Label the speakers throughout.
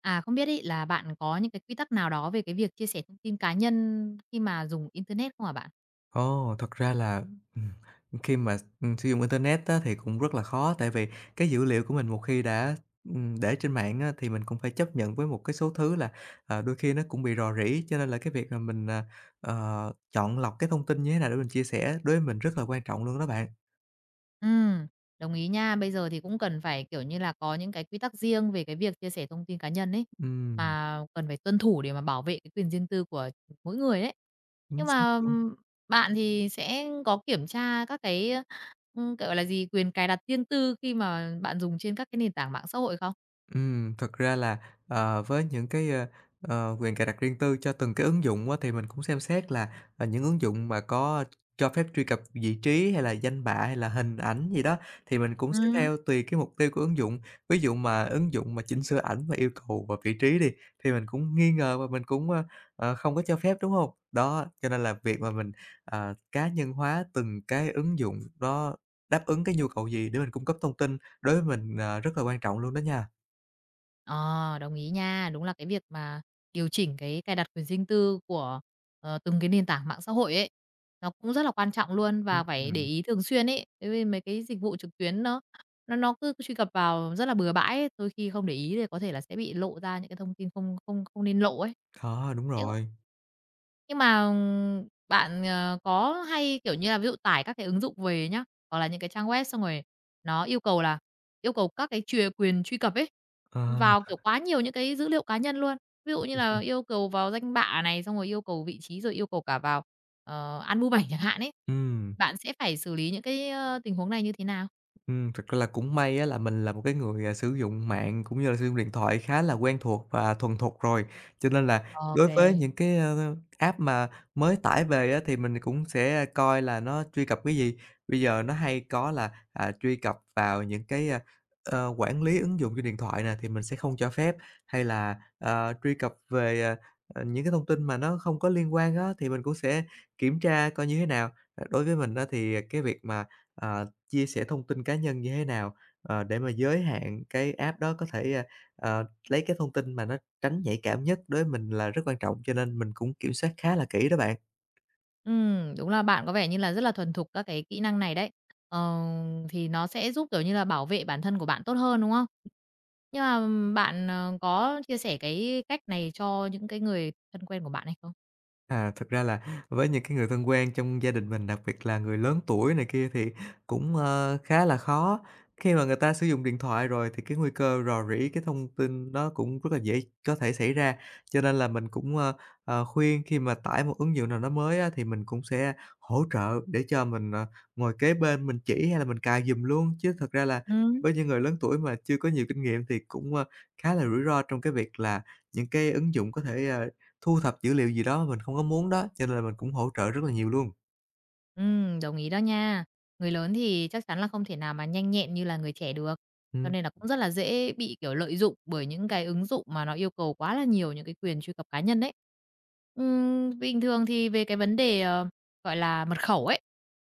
Speaker 1: À, không biết ý là bạn có những cái quy tắc nào đó về cái việc chia sẻ thông tin cá nhân khi mà dùng internet không hả bạn?
Speaker 2: Ồ, thật ra là, ừm, khi mà, sử dụng internet á thì cũng rất là khó, tại vì cái dữ liệu của mình một khi đã, để trên mạng á thì mình cũng phải chấp nhận với một cái số thứ là, đôi khi nó cũng bị rò rỉ. Cho nên là cái việc là mình, chọn lọc cái thông tin như thế nào để mình chia sẻ đối với mình rất là quan trọng luôn đó bạn.
Speaker 1: Ừ, đồng ý nha. Bây giờ thì cũng cần phải, kiểu như là, có những cái quy tắc riêng về cái việc chia sẻ thông tin cá nhân ấy,
Speaker 2: Ừm,
Speaker 1: mà cần phải tuân thủ để mà bảo vệ cái quyền riêng tư của mỗi người đấy.
Speaker 2: chính
Speaker 1: Nhưng
Speaker 2: xác
Speaker 1: mà,
Speaker 2: luôn.
Speaker 1: bạn thì sẽ có kiểm tra các cái, gọi là gì, quyền cài đặt riêng tư khi mà bạn dùng trên các cái nền tảng mạng xã hội không?
Speaker 2: Thật ra là, với những cái, quyền cài đặt riêng tư cho từng cái ứng dụng á, thì mình cũng xem xét là, những ứng dụng mà có cho phép truy cập vị trí hay là danh bạ hay là hình ảnh gì đó, thì mình cũng sẽ
Speaker 1: Ừm.
Speaker 2: theo tùy cái mục tiêu của ứng dụng. Ví dụ mà ứng dụng mà chỉnh sửa ảnh và yêu cầu và vị trí đi, thì mình cũng nghi ngờ và mình cũng, không có cho phép, đúng không? Đó, cho nên là việc mà mình, cá nhân hóa từng cái ứng dụng đó đáp ứng cái nhu cầu gì để mình cung cấp thông tin đối với mình, rất là quan trọng luôn đó nha.
Speaker 1: Ờ, đồng ý nha. Đúng là cái việc mà điều chỉnh cái cài đặt quyền riêng tư của, từng cái nền tảng mạng xã hội ấy, nó cũng rất là quan trọng luôn và phải để
Speaker 2: Ừm,
Speaker 1: ý thường xuyên ấy. Bởi vì mấy cái dịch vụ trực tuyến nó cứ truy cập vào rất là bừa bãi ấy, đôi khi không để ý thì có thể là sẽ bị lộ ra những cái thông tin không không không nên lộ ấy.
Speaker 2: khó, đúng
Speaker 1: Thế
Speaker 2: rồi.
Speaker 1: nhưng mà, bạn, có hay, kiểu như là, ví dụ tải các cái ứng dụng về nhá, hoặc là những cái trang web xong rồi nó yêu cầu là yêu cầu các cái chuyền quyền truy cập ấy,
Speaker 2: Ờ,
Speaker 1: vào, kiểu, quá nhiều những cái dữ liệu cá nhân luôn. Ví dụ như là yêu cầu vào danh bạ này, xong rồi yêu cầu vị trí, rồi yêu cầu cả vào, album ảnh chẳng hạn ấy.
Speaker 2: ừm.
Speaker 1: Bạn sẽ phải xử lý những cái, tình huống này như thế nào?
Speaker 2: Thực ra là cũng may á là mình là một cái người, sử dụng mạng cũng như là sử dụng điện thoại khá là quen thuộc và thuần thục rồi, cho nên là
Speaker 1: OK,
Speaker 2: đối
Speaker 1: kê.
Speaker 2: với những cái, app mà mới tải về á thì mình cũng sẽ coi là nó truy cập cái gì. Bây giờ nó hay có là, truy cập vào những cái, quản lý ứng dụng trên điện thoại nè thì mình sẽ không cho phép, hay là, truy cập về, những cái thông tin mà nó không có liên quan á thì mình cũng sẽ kiểm tra coi như thế nào. Đối với mình á thì cái việc mà, ờ chia sẻ thông tin cá nhân như thế nào, để mà giới hạn cái app đó có thể, lấy cái thông tin mà nó tránh nhạy cảm nhất đối với mình là rất quan trọng, cho nên mình cũng kiểm soát khá là kỹ đó bạn.
Speaker 1: Đúng là bạn có vẻ như là rất là thuần thục các cái kỹ năng này đấy. Ờ, thì nó sẽ giúp, kiểu như là, bảo vệ bản thân của bạn tốt hơn, đúng không? Nhưng mà, bạn, có chia sẻ cái cách này cho những cái người thân quen của bạn hay không?
Speaker 2: À, thực ra là với những cái người thân quen trong gia đình mình, đặc biệt là người lớn tuổi này kia thì cũng, khá là khó. Khi mà người ta sử dụng điện thoại rồi thì cái nguy cơ rò rỉ cái thông tin nó cũng rất là dễ có thể xảy ra, cho nên là mình cũng, khuyên khi mà tải một ứng dụng nào đó mới á thì mình cũng sẽ hỗ trợ để cho mình, ngồi kế bên mình chỉ hay là mình cài giùm luôn. Chứ thật ra là
Speaker 1: Ừ.
Speaker 2: với những người lớn tuổi mà chưa có nhiều kinh nghiệm thì cũng, khá là rủi ro trong cái việc là những cái ứng dụng có thể, thu thập dữ liệu gì đó mình không có muốn đó, cho nên là mình cũng hỗ trợ rất là nhiều luôn.
Speaker 1: Đồng ý đó nha. Người lớn thì chắc chắn là không thể nào mà nhanh nhẹn như là người trẻ được, cho
Speaker 2: Ừm.
Speaker 1: nên là cũng rất là dễ bị, kiểu, lợi dụng bởi những cái ứng dụng mà nó yêu cầu quá là nhiều những cái quyền truy cập cá nhân đấy. Bình thường thì về cái vấn đề, gọi là, mật khẩu ấy,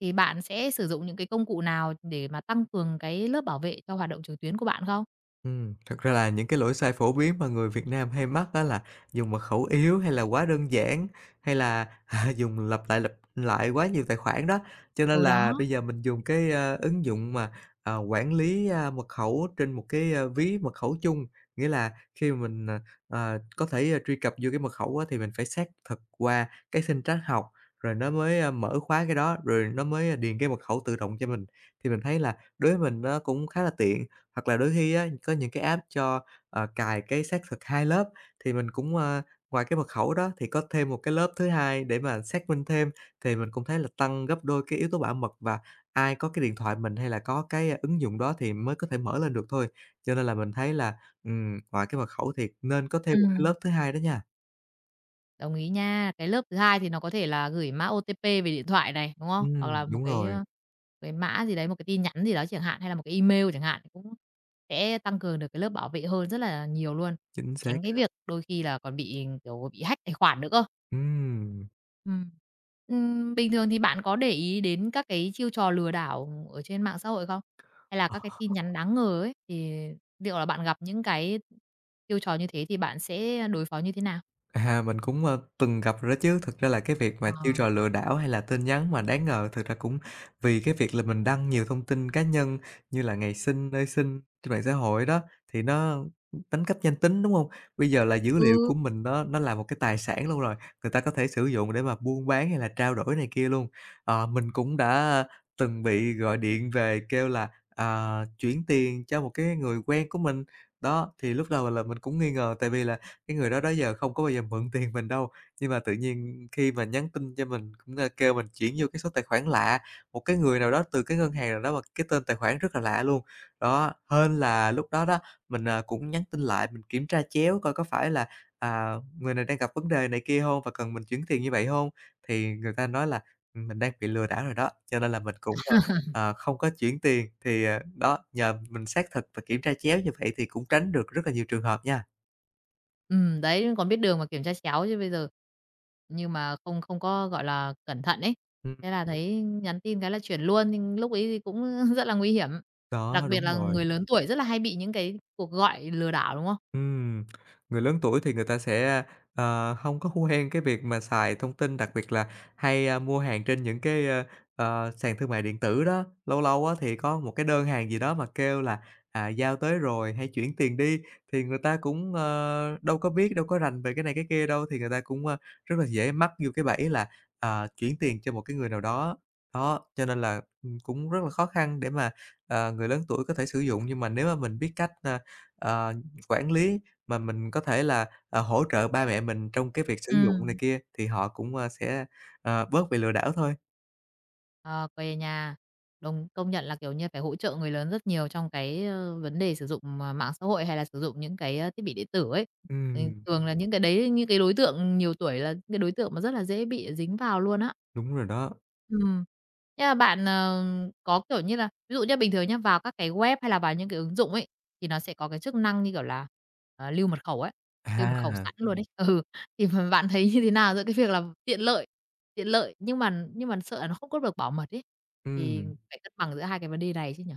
Speaker 1: thì bạn sẽ sử dụng những cái công cụ nào để mà tăng cường cái lớp bảo vệ cho hoạt động trực tuyến của bạn không?
Speaker 2: Thật ra là những cái lỗi sai phổ biến mà người Việt Nam hay mắc đó là dùng mật khẩu yếu hay là quá đơn giản, hay là, dùng lặp lại quá nhiều tài khoản đó. Cho nên
Speaker 1: Ừ, đó.
Speaker 2: là bây giờ mình dùng cái, ứng dụng mà, quản lý, mật khẩu trên một cái, ví mật khẩu chung, nghĩa là khi mà mình, có thể, truy cập vô cái mật khẩu á thì mình phải xác thực qua cái sinh trắc học, rồi nó mới, mở khóa cái đó, rồi nó mới điền cái mật khẩu tự động cho mình. Thì mình thấy là đối với mình nó cũng khá là tiện. Hoặc là đôi khi á, có những cái app cho, cài cái xác thực 2 lớp, thì mình cũng, ngoài cái mật khẩu đó thì có thêm một cái lớp thứ hai để mà xác minh thêm, thì mình cũng thấy là tăng gấp đôi cái yếu tố bảo mật và ai có cái điện thoại mình hay là có cái ứng dụng đó thì mới có thể mở lên được thôi. Cho nên là mình thấy là, ngoài cái mật khẩu thì nên có thêm
Speaker 1: Ừ.
Speaker 2: một cái lớp thứ hai đó nha.
Speaker 1: Đồng ý nha. Cái lớp thứ hai thì nó có thể là gửi mã OTP về điện thoại này, đúng không? Hoặc là một
Speaker 2: Đúng
Speaker 1: cái,
Speaker 2: rồi,
Speaker 1: cái mã gì đấy, một cái tin nhắn gì đó chẳng hạn, hay là một cái email chẳng hạn, cũng sẽ tăng cường được cái lớp bảo vệ hơn rất là nhiều luôn,
Speaker 2: chính xác
Speaker 1: tránh cái
Speaker 2: á.
Speaker 1: việc đôi khi là còn bị, kiểu, bị hack tài khoản nữa cơ.
Speaker 2: Ừm.
Speaker 1: Ừm. Bình thường thì bạn có để ý đến các cái chiêu trò lừa đảo ở trên mạng xã hội không? Hay là các cái tin nhắn đáng ngờ ấy, thì liệu là bạn gặp những cái chiêu trò như thế thì bạn sẽ đối phó như thế nào?
Speaker 2: À, mình cũng, từng gặp rồi đó chứ. Thực ra là cái việc mà
Speaker 1: Ờ.
Speaker 2: chiêu trò lừa đảo hay là tin nhắn mà đáng ngờ thực ra cũng vì cái việc là mình đăng nhiều thông tin cá nhân như là ngày sinh, nơi sinh trên mạng xã hội đó, thì nó đánh cắp danh tính, đúng không? Bây giờ là dữ liệu
Speaker 1: Ừ.
Speaker 2: của mình nó là một cái tài sản luôn rồi, người ta có thể sử dụng để mà buôn bán hay là trao đổi này kia luôn. Mình cũng đã từng bị gọi điện về kêu là, chuyển tiền cho một cái người quen của mình. Đó, thì lúc đầu là mình cũng nghi ngờ tại vì là cái người đó đó giờ không có bao giờ mượn tiền mình đâu, nhưng mà tự nhiên khi mà nhắn tin cho mình cũng, kêu mình chuyển vô cái số tài khoản lạ, một cái người nào đó từ cái ngân hàng nào đó mà cái tên tài khoản rất là lạ luôn. Đó, hên là lúc đó đó, mình, cũng nhắn tin lại, mình kiểm tra chéo coi có phải là, người này đang gặp vấn đề này kia không và cần mình chuyển tiền như vậy không? Thì người ta nói là, mình đang bị lừa đảo rồi đó, cho nên là mình cũng, không có chuyển tiền. Thì, đó, nhờ mình xác thực và kiểm tra chéo như vậy thì cũng tránh được rất là nhiều trường hợp nha.
Speaker 1: Ừ đấy, còn biết đường mà kiểm tra chéo chứ bây giờ nhưng mà không không có, gọi là, cẩn thận ấy,
Speaker 2: Ừm.
Speaker 1: thế là thấy nhắn tin cái là chuyển luôn, nhưng lúc ấy thì cũng rất là nguy hiểm.
Speaker 2: Có,
Speaker 1: Đặc biệt
Speaker 2: đúng
Speaker 1: là
Speaker 2: rồi.
Speaker 1: người lớn tuổi rất là hay bị những cái cuộc gọi lừa đảo, đúng không?
Speaker 2: Ừm, người lớn tuổi thì người ta sẽ, hông có quen cái việc mà xài thông tin, đặc biệt là hay, mua hàng trên những cái, sàn thương mại điện tử đó. Lâu lâu á thì có một cái đơn hàng gì đó mà kêu là, "Giao tới rồi, hãy chuyển tiền đi." Thì người ta cũng, đâu có biết, đâu có rành về cái này cái kia đâu, thì người ta cũng, rất là dễ mắc vô cái bẫy là, chuyển tiền cho một cái người nào đó. Đó, cho nên là, cũng rất là khó khăn để mà, người lớn tuổi có thể sử dụng, nhưng mà nếu mà mình biết cách, a, ờ Quản lý mà mình có thể là, hỗ trợ ba mẹ mình trong cái việc sử
Speaker 1: Ừ.
Speaker 2: dụng này kia thì họ cũng, sẽ, bớt bị lừa đảo thôi.
Speaker 1: Ờ, quê nhà. Đồng công nhận là, kiểu như, phải hỗ trợ người lớn rất nhiều trong cái, vấn đề sử dụng, mạng xã hội hay là sử dụng những cái, thiết bị điện tử ấy. Ừ,
Speaker 2: Ừm,
Speaker 1: thường là những cái đối tượng nhiều tuổi là những cái đối tượng mà rất là dễ bị dính vào luôn á.
Speaker 2: đúng rồi đó.
Speaker 1: Ừm. Thế là bạn, có, kiểu như là ví dụ như bình thường nhá, vào các cái web hay là vào những cái ứng dụng ấy, thì nó sẽ có cái chức năng như kiểu là, lưu mật khẩu ấy, lưu mật khẩu
Speaker 2: À,
Speaker 1: sẵn luôn ấy. Ừ, thì bạn thấy như thế nào giữa cái việc là tiện lợi. Tiện lợi, nhưng mà sợ là nó không có được bảo mật ấy, thì
Speaker 2: ừm.
Speaker 1: phải cân bằng giữa hai cái vấn đề này chứ nhỉ?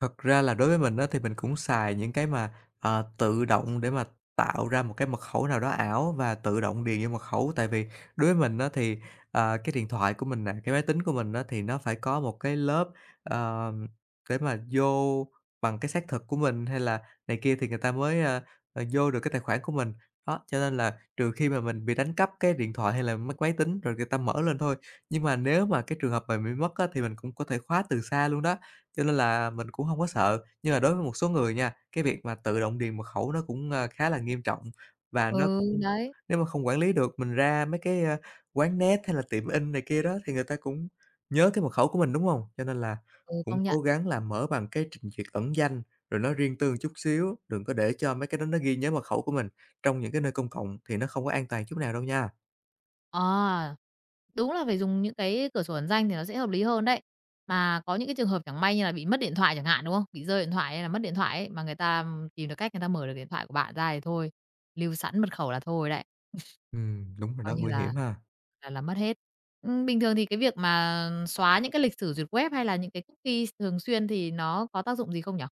Speaker 2: Thật ra là đối với mình á, thì mình cũng xài những cái mà, tự động để mà tạo ra một cái mật khẩu nào đó ảo và tự động điền vô mật khẩu. Tại vì đối với mình á, thì, cái điện thoại của mình nè, cái máy tính của mình á, thì nó phải có một cái lớp, ờ, để mà vô bằng cái xác thực của mình hay là này kia thì người ta mới, vô được cái tài khoản của mình. Đó, cho nên là trừ khi mà mình bị đánh cắp cái điện thoại hay là mất máy tính rồi người ta mở lên thôi. Nhưng mà nếu mà cái trường hợp mà bị mất á, thì mình cũng có thể khóa từ xa luôn đó. Cho nên là mình cũng hông có sợ, nhưng mà đối với một số người nha, cái việc mà tự động điền mật khẩu nó cũng, khá là nghiêm trọng và nó
Speaker 1: Ừ,
Speaker 2: cũng
Speaker 1: đấy,
Speaker 2: nếu mà không quản lý được, mình ra mấy cái, quán net hay là tiệm in này kia đó thì người ta cũng nhớ cái mật khẩu của mình, đúng hông? Cho nên là
Speaker 1: ừ,
Speaker 2: cũng
Speaker 1: công nhận.
Speaker 2: cố gắng là mở bằng cái trình duyệt ẩn danh, rồi nó riêng tư một chút xíu, đừng có để cho mấy cái đó nó ghi nhớ mật khẩu của mình trong những cái nơi công cộng thì nó không có an toàn chút nào đâu nha.
Speaker 1: Ờ, đúng là phải dùng những cái cửa sổ ẩn danh thì nó sẽ hợp lý hơn đấy. Mà có những cái trường hợp chẳng may như là bị mất điện thoại chẳng hạn, đúng không? Bị rơi điện thoại hay là mất điện thoại ấy, mà người ta tìm được cách người ta mở được điện thoại của bạn ra thì thôi, lưu sẵn mật khẩu là thôi đấy,
Speaker 2: Đúng rồi
Speaker 1: coi
Speaker 2: đó,
Speaker 1: như
Speaker 2: nguy
Speaker 1: là
Speaker 2: hiểm ha.
Speaker 1: là mất hết. Bình thường thì cái việc mà xóa những cái lịch sử duyệt web hay là những cái cookie thường xuyên thì nó có tác dụng gì không nhỉ?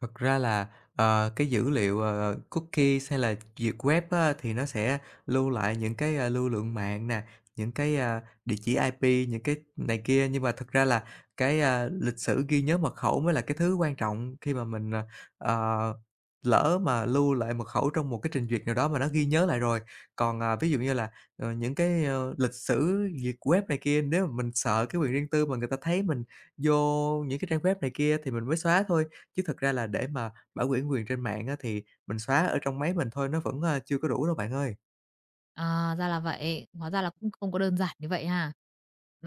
Speaker 2: Thật ra là, cái dữ liệu, cookies hay là duyệt web á, thì nó sẽ lưu lại những cái, lưu lượng mạng nè, những cái, địa chỉ IP, những cái này kia. Nhưng mà thật ra là cái, lịch sử ghi nhớ mật khẩu mới là cái thứ quan trọng khi mà mình, ờ, lỡ mà lưu lại mật khẩu trong một cái trình duyệt nào đó mà nó ghi nhớ lại rồi. Còn, ví dụ như là, những cái, lịch sử duyệt web này kia, nếu mà mình sợ cái quyền riêng tư mà người ta thấy mình vô những cái trang web này kia thì mình mới xóa thôi. Chứ thật ra là để mà bảo quyển quyền trên mạng á, thì mình xóa ở trong máy mình thôi, nó vẫn, chưa có đủ đâu bạn ơi.
Speaker 1: À, ra là vậy. Hóa ra là cũng không có đơn giản như vậy ha.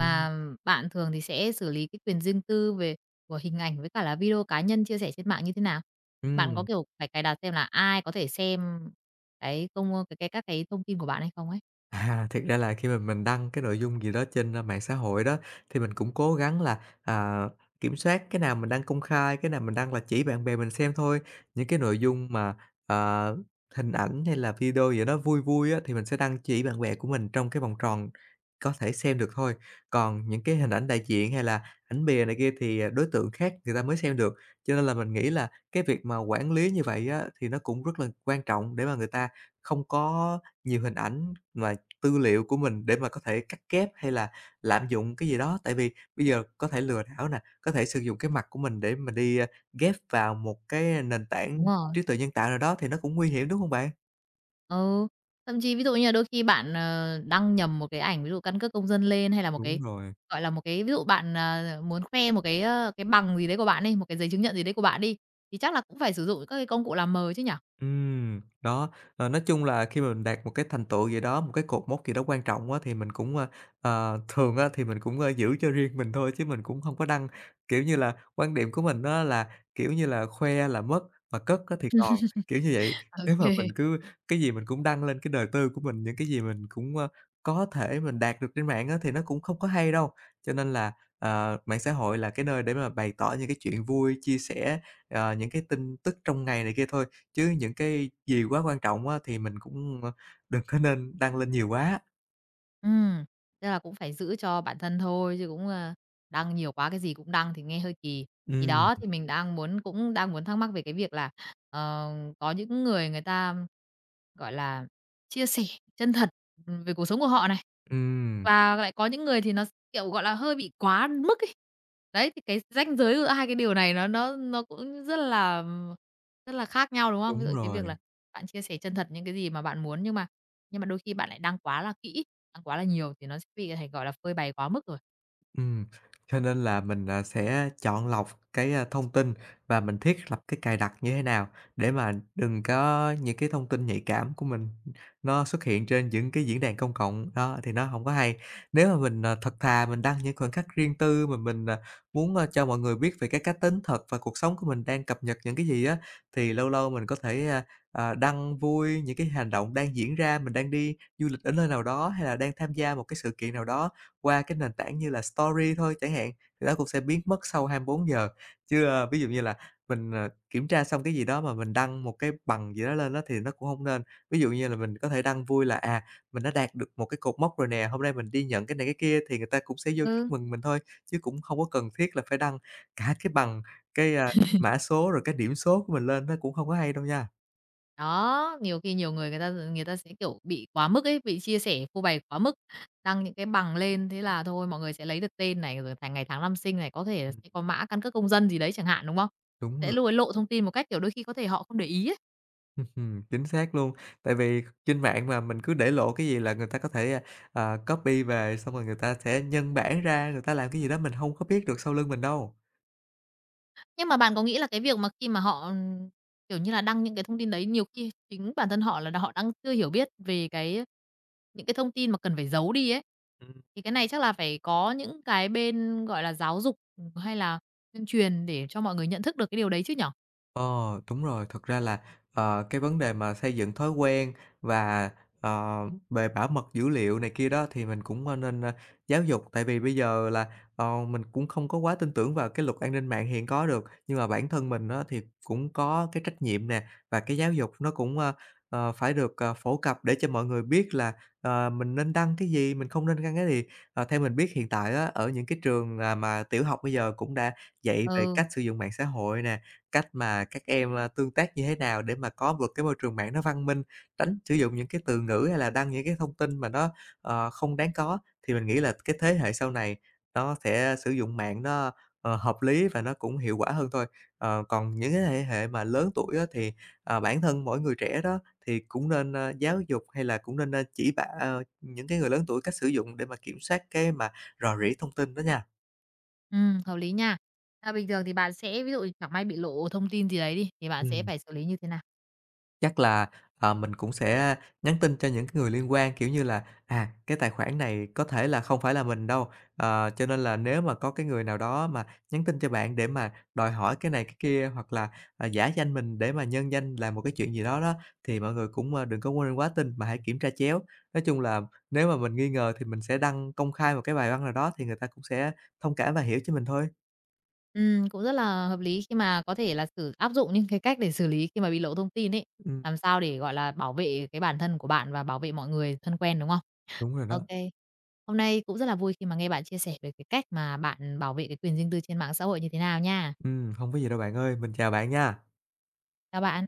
Speaker 2: Ừm,
Speaker 1: bạn thường thì sẽ xử lý cái quyền riêng tư về của hình ảnh với cả là video cá nhân chia sẻ trên mạng như thế nào? Bạn có,
Speaker 2: ừm.
Speaker 1: kiểu, phải cài đặt xem là ai có thể xem cái công cái các cái thông tin của bạn hay không ấy?
Speaker 2: À, thiệt ra là khi mà mình đăng cái nội dung gì đó trên, mạng xã hội đó, thì mình cũng cố gắng là, kiểm soát cái nào mình đăng công khai, cái nào mình đăng là chỉ bạn bè mình xem thôi. Những cái nội dung mà, ờ, hình ảnh hay là video gì đó vui vui á, thì mình sẽ đăng chỉ bạn bè của mình trong cái vòng tròn có thể xem được thôi. Còn những cái hình ảnh đại diện hay là ảnh bìa này kia thì, đối tượng khác người ta mới xem được. Cho nên là mình nghĩ là cái việc mà quản lý như vậy á, thì nó cũng rất là quan trọng để mà người ta không có nhiều hình ảnh mà tư liệu của mình để mà có thể cắt ghép hay là lạm dụng cái gì đó. Tại vì bây giờ có thể lừa đảo nè, có thể sử dụng cái mặt của mình để mà đi, ghép vào một cái nền
Speaker 1: Đúng
Speaker 2: tảng
Speaker 1: rồi.
Speaker 2: trí tuệ nhân tạo nào đó thì nó cũng nguy hiểm, đúng hông bạn?
Speaker 1: Ừ. Thậm chí ví dụ như là đôi khi bạn, đăng nhầm một cái ảnh, ví dụ căn cước công dân lên hay là một
Speaker 2: Đúng
Speaker 1: cái,
Speaker 2: rồi.
Speaker 1: gọi là, một cái ví dụ bạn, muốn khoe một cái, cái bằng gì đấy của bạn đi, một cái giấy chứng nhận gì đấy của bạn đi, thì chắc là cũng phải sử dụng các cái công cụ làm mờ chứ nhỉ?
Speaker 2: Đó, nói chung là khi mà mình đạt một cái thành tựu gì đó, một cái cột mốc gì đó quan trọng á, thì mình cũng, thường á thì mình cũng, giữ cho riêng mình thôi chứ mình cũng không có đăng. Kiểu như là, quan điểm của mình á là, kiểu như là, khoe là mất mà cất á thì còn, kiểu như vậy. Nếu mà
Speaker 1: OK.
Speaker 2: mình cứ cái gì mình cũng đăng lên cái đời tư của mình, những cái gì mình cũng, có thể mình đạt được trên mạng á thì nó cũng không có hay đâu. Cho nên là, mạng xã hội là cái nơi để mà bày tỏ những cái chuyện vui, chia sẻ, những cái tin tức trong ngày này kia thôi. Chứ những cái gì quá quan trọng á thì mình cũng, đừng có nên đăng lên nhiều quá.
Speaker 1: Ừm, tức là cũng phải giữ cho bản thân thôi chứ cũng, đăng nhiều quá, cái gì cũng đăng thì nghe hơi kỳ. Thì
Speaker 2: Ừm.
Speaker 1: đó, thì mình đang muốn cũng đang muốn thắc mắc về cái việc là, ờ, có những người người ta, gọi là, chia sẻ chân thật, về cuộc sống của họ này.
Speaker 2: Ừm,
Speaker 1: Và lại có những người thì nó kiểu, gọi là, hơi bị quá mức ấy. Đấy, thì cái ranh giới giữa hai cái điều này nó cũng rất là khác nhau, đúng không? Ví dụ
Speaker 2: đúng
Speaker 1: cái
Speaker 2: rồi.
Speaker 1: việc là bạn chia sẻ chân thật những cái gì mà bạn muốn, nhưng mà đôi khi bạn lại đăng quá là kỹ, đăng quá là nhiều thì nó sẽ bị thành, gọi là, phơi bày quá mức rồi.
Speaker 2: Ừm, cho nên là mình, sẽ chọn lọc cái, thông tin và mình thiết lập cái cài đặt như thế nào để mà đừng có những cái thông tin nhạy cảm của mình nó xuất hiện trên những cái diễn đàn công cộng, đó, thì nó không có hay. Nếu mà mình, thật thà mình đăng những khoảnh khắc riêng tư mà mình, muốn, cho mọi người biết về cái cá tính thật và cuộc sống của mình đang cập nhật những cái gì á, thì lâu lâu mình có thể, đăng vui những cái hành động đang diễn ra, mình đang đi du lịch ở nơi nào đó hay là đang tham gia một cái sự kiện nào đó. Qua cái nền tảng như là Story thôi chẳng hạn, thì nó cũng sẽ biến mất sau 24 giờ. Chứ, ví dụ như là mình, kiểm tra xong cái gì đó mà mình đăng một cái bằng gì đó lên đó thì nó cũng không nên. Ví dụ như là mình có thể đăng vui là, mình đã đạt được một cái cột mốc rồi nè, hôm nay mình đi nhận cái này cái kia thì người ta cũng sẽ vô chúc
Speaker 1: Ừ.
Speaker 2: mừng mình thôi, chứ cũng không có cần thiết là phải đăng cả cái bằng, cái, mã số rồi cái điểm số của mình lên, nó cũng không có hay đâu nha.
Speaker 1: Đó, nhiều khi nhiều người người ta sẽ, kiểu, bị quá mức ấy, bị chia sẻ, phô bày quá mức, đăng những cái bằng lên, thế là thôi mọi người sẽ lấy được tên này, rồi thành ngày tháng năm sinh này, có thể là
Speaker 2: Ừm,
Speaker 1: sẽ có mã căn cước công dân gì đấy chẳng hạn, đúng không?
Speaker 2: đúng
Speaker 1: Sẽ
Speaker 2: rồi.
Speaker 1: lôi lộ thông tin một cách, kiểu, đôi khi có thể họ không để ý ấy.
Speaker 2: Ừm, chính xác luôn. Tại vì trên mạng mà mình cứ để lộ cái gì là người ta có thể, copy về, xong rồi người ta sẽ nhân bản ra, người ta làm cái gì đó mình không có biết được sau lưng mình đâu.
Speaker 1: Nhưng mà bạn có nghĩ là cái việc mà khi mà họ, kiểu như là, đăng những cái thông tin đấy, nhiều khi chính bản thân họ là họ đang chưa hiểu biết về cái những cái thông tin mà cần phải giấu đi ấy, thì cái này chắc là phải có những cái bên, gọi là, giáo dục, hay là tuyên truyền để cho mọi người nhận thức được cái điều đấy chứ nhở?
Speaker 2: Ờ, Đúng rồi. Thật ra là, cái vấn đề mà xây dựng thói quen và, ờ, về bảo mật dữ liệu này kia đó thì mình cũng, nên, giáo dục. Tại vì bây giờ là, mình cũng không có quá tin tưởng vào cái luật an ninh mạng hiện có được, nhưng mà bản thân mình đó thì cũng có cái trách nhiệm nè, và cái giáo dục nó cũng, phải được, phổ cập để cho mọi người biết là, mình nên đăng cái gì, mình không nên đăng cái gì. Theo mình biết hiện tại á, ở những cái trường, mà tiểu học bây giờ cũng đã dạy về
Speaker 1: Ừ,
Speaker 2: cách sử dụng mạng xã hội nè, cách mà các em, tương tác như thế nào để mà có được cái môi trường mạng nó văn minh, tránh sử dụng những cái từ ngữ hay là đăng những cái thông tin mà nó, không đáng có. Thì mình nghĩ là cái thế hệ sau này nó sẽ sử dụng mạng nó, hợp lý và nó cũng hiệu quả hơn thôi. Còn những cái thế hệ mà lớn tuổi á thì, bản thân mỗi người trẻ đó thì cũng nên, giáo dục hay là cũng nên, chỉ bả những cái người lớn tuổi cách sử dụng để mà kiểm soát cái mà rò rỉ thông tin đó nha.
Speaker 1: hợp lý nha. À, bình thường thì bạn sẽ ví dụ chẳng may bị lộ thông tin gì đấy đi, thì bạn sẽ
Speaker 2: Ừm.
Speaker 1: phải xử lý như thế nào?
Speaker 2: Chắc là, mình cũng sẽ nhắn tin cho những cái người liên quan, kiểu như là, à, cái tài khoản này có thể là không phải là mình đâu, cho nên là nếu mà có cái người nào đó mà nhắn tin cho bạn để mà đòi hỏi cái này cái kia hoặc là, giả danh mình để mà nhân danh làm một cái chuyện gì đó đó, thì mọi người cũng, đừng có quên quá tin mà hãy kiểm tra chéo. Nói chung là nếu mà mình nghi ngờ thì mình sẽ đăng công khai một cái bài văn nào đó thì người ta cũng sẽ thông cảm và hiểu cho mình thôi.
Speaker 1: Cũng rất là hợp lý khi mà có thể là sử áp dụng những cái cách để xử lý khi mà bị lộ thông tin ấy,
Speaker 2: Ừm,
Speaker 1: làm sao để, gọi là, bảo vệ cái bản thân của bạn và bảo vệ mọi người thân quen, đúng không?
Speaker 2: đúng rồi đó.
Speaker 1: OK. Hôm nay cũng rất là vui khi mà nghe bạn chia sẻ về cái cách mà bạn bảo vệ cái quyền riêng tư trên mạng xã hội như thế nào nha.
Speaker 2: Hông có gì đâu bạn ơi, mình chào bạn nha.
Speaker 1: Chào bạn.